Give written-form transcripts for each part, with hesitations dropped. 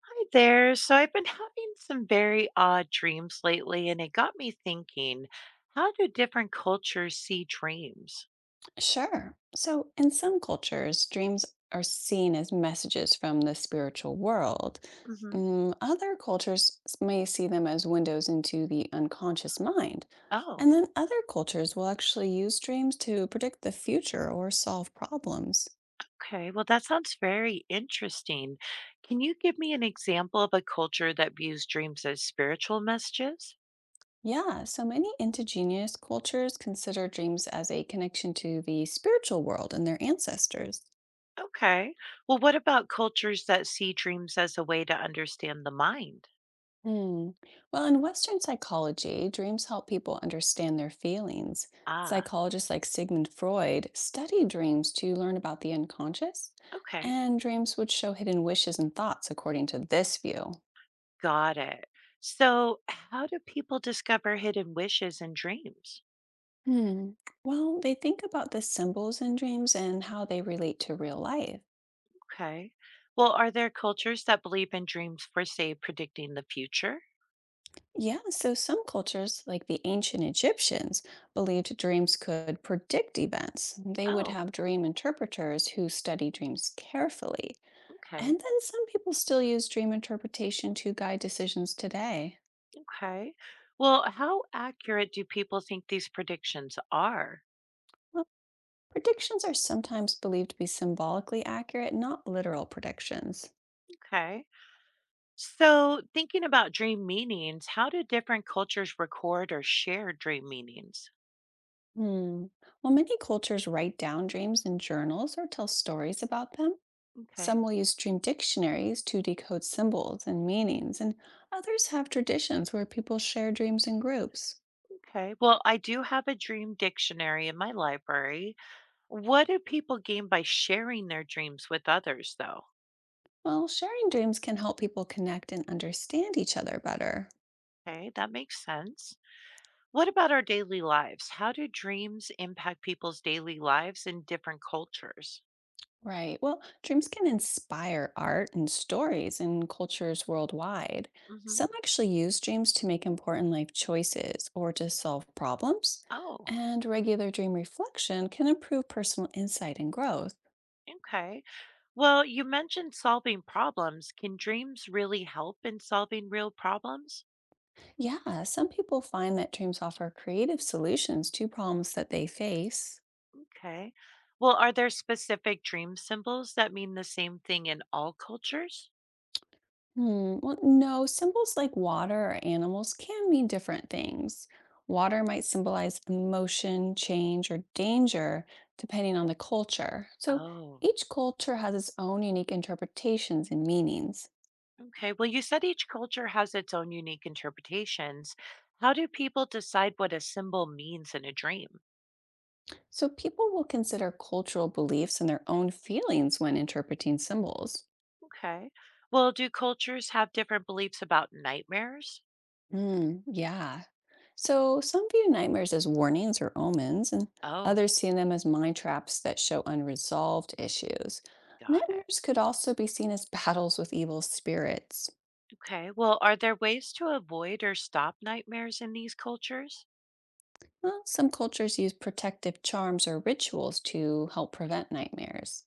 Hi there. So I've been having some very odd dreams lately, and it got me thinking, how do different cultures see dreams? Sure. So, in some cultures, dreams are seen as messages from the spiritual world. Hmm. Other cultures may see them as windows into the unconscious mind. Oh, And then other cultures will actually use dreams to predict the future or solve problems. okay. Well, that sounds very interesting. Can you give me an example of a culture that views dreams as spiritual messages? Yeah, so many indigenous cultures consider dreams as a connection to the spiritual world and their ancestors. Okay. Well, what about cultures that see dreams as a way to understand the mind? Hmm. Well, in Western psychology, dreams help people understand their feelings. Ah, Psychologists like Sigmund Freud studied dreams to learn about the unconscious, okay. and dreams would show hidden wishes and thoughts, according to this view. Got it. So, how do people discover hidden wishes and dreams? Hmm. Well, they think about the symbols in dreams and how they relate to real life. Okay. Well, are there cultures that believe in dreams for, say, predicting the future? Yeah, so some cultures, like the ancient Egyptians, believed dreams could predict events. They would Oh, have dream interpreters who study dreams carefully. okay. And then some people still use dream interpretation to guide decisions today. Okay. Well, how accurate do people think these predictions are? Well, predictions are sometimes believed to be symbolically accurate, not literal predictions. Okay. So, thinking about dream meanings, how do different cultures record or share dream meanings? Hmm. While many cultures write down dreams in journals or tell stories about them, Okay. some will use dream dictionaries to decode symbols and meanings, and others have traditions where people share dreams in groups. Okay. Well, I do have a dream dictionary in my library. What do people gain by sharing their dreams with others, though? Well, sharing dreams can help people connect and understand each other better. Okay. That makes sense. What about our daily lives? How do dreams impact people's daily lives in different cultures? Right. Well, dreams can inspire art and stories in cultures worldwide. Hmm. Some actually use dreams to make important life choices or to solve problems. Oh, And regular dream reflection can improve personal insight and growth. okay. Well, you mentioned solving problems. Can dreams really help in solving real problems? Yeah, some people find that dreams offer creative solutions to problems that they face. Okay. Well, are there specific dream symbols that mean the same thing in all cultures? Hmm. Well, no, symbols like water or animals can mean different things. Water might symbolize emotion, change, or danger, depending on the culture. So Oh, each culture has its own unique interpretations and meanings. okay. Well, you said each culture has its own unique interpretations. How do people decide what a symbol means in a dream? So people will consider cultural beliefs and their own feelings when interpreting symbols. Okay. Well, do cultures have different beliefs about nightmares? Mm, yeah. So some view nightmares as warnings or omens, and Oh, others see them as mind traps that show unresolved issues. got it. Nightmares could also be seen as battles with evil spirits. Okay. Well, are there ways to avoid or stop nightmares in these cultures? Well, some cultures use protective charms or rituals to help prevent nightmares.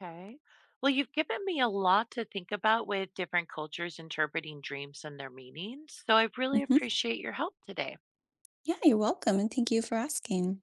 Okay. Well, you've given me a lot to think about with different cultures interpreting dreams and their meanings. So I really Hmm. appreciate your help today. Yeah, you're welcome, and thank you for asking.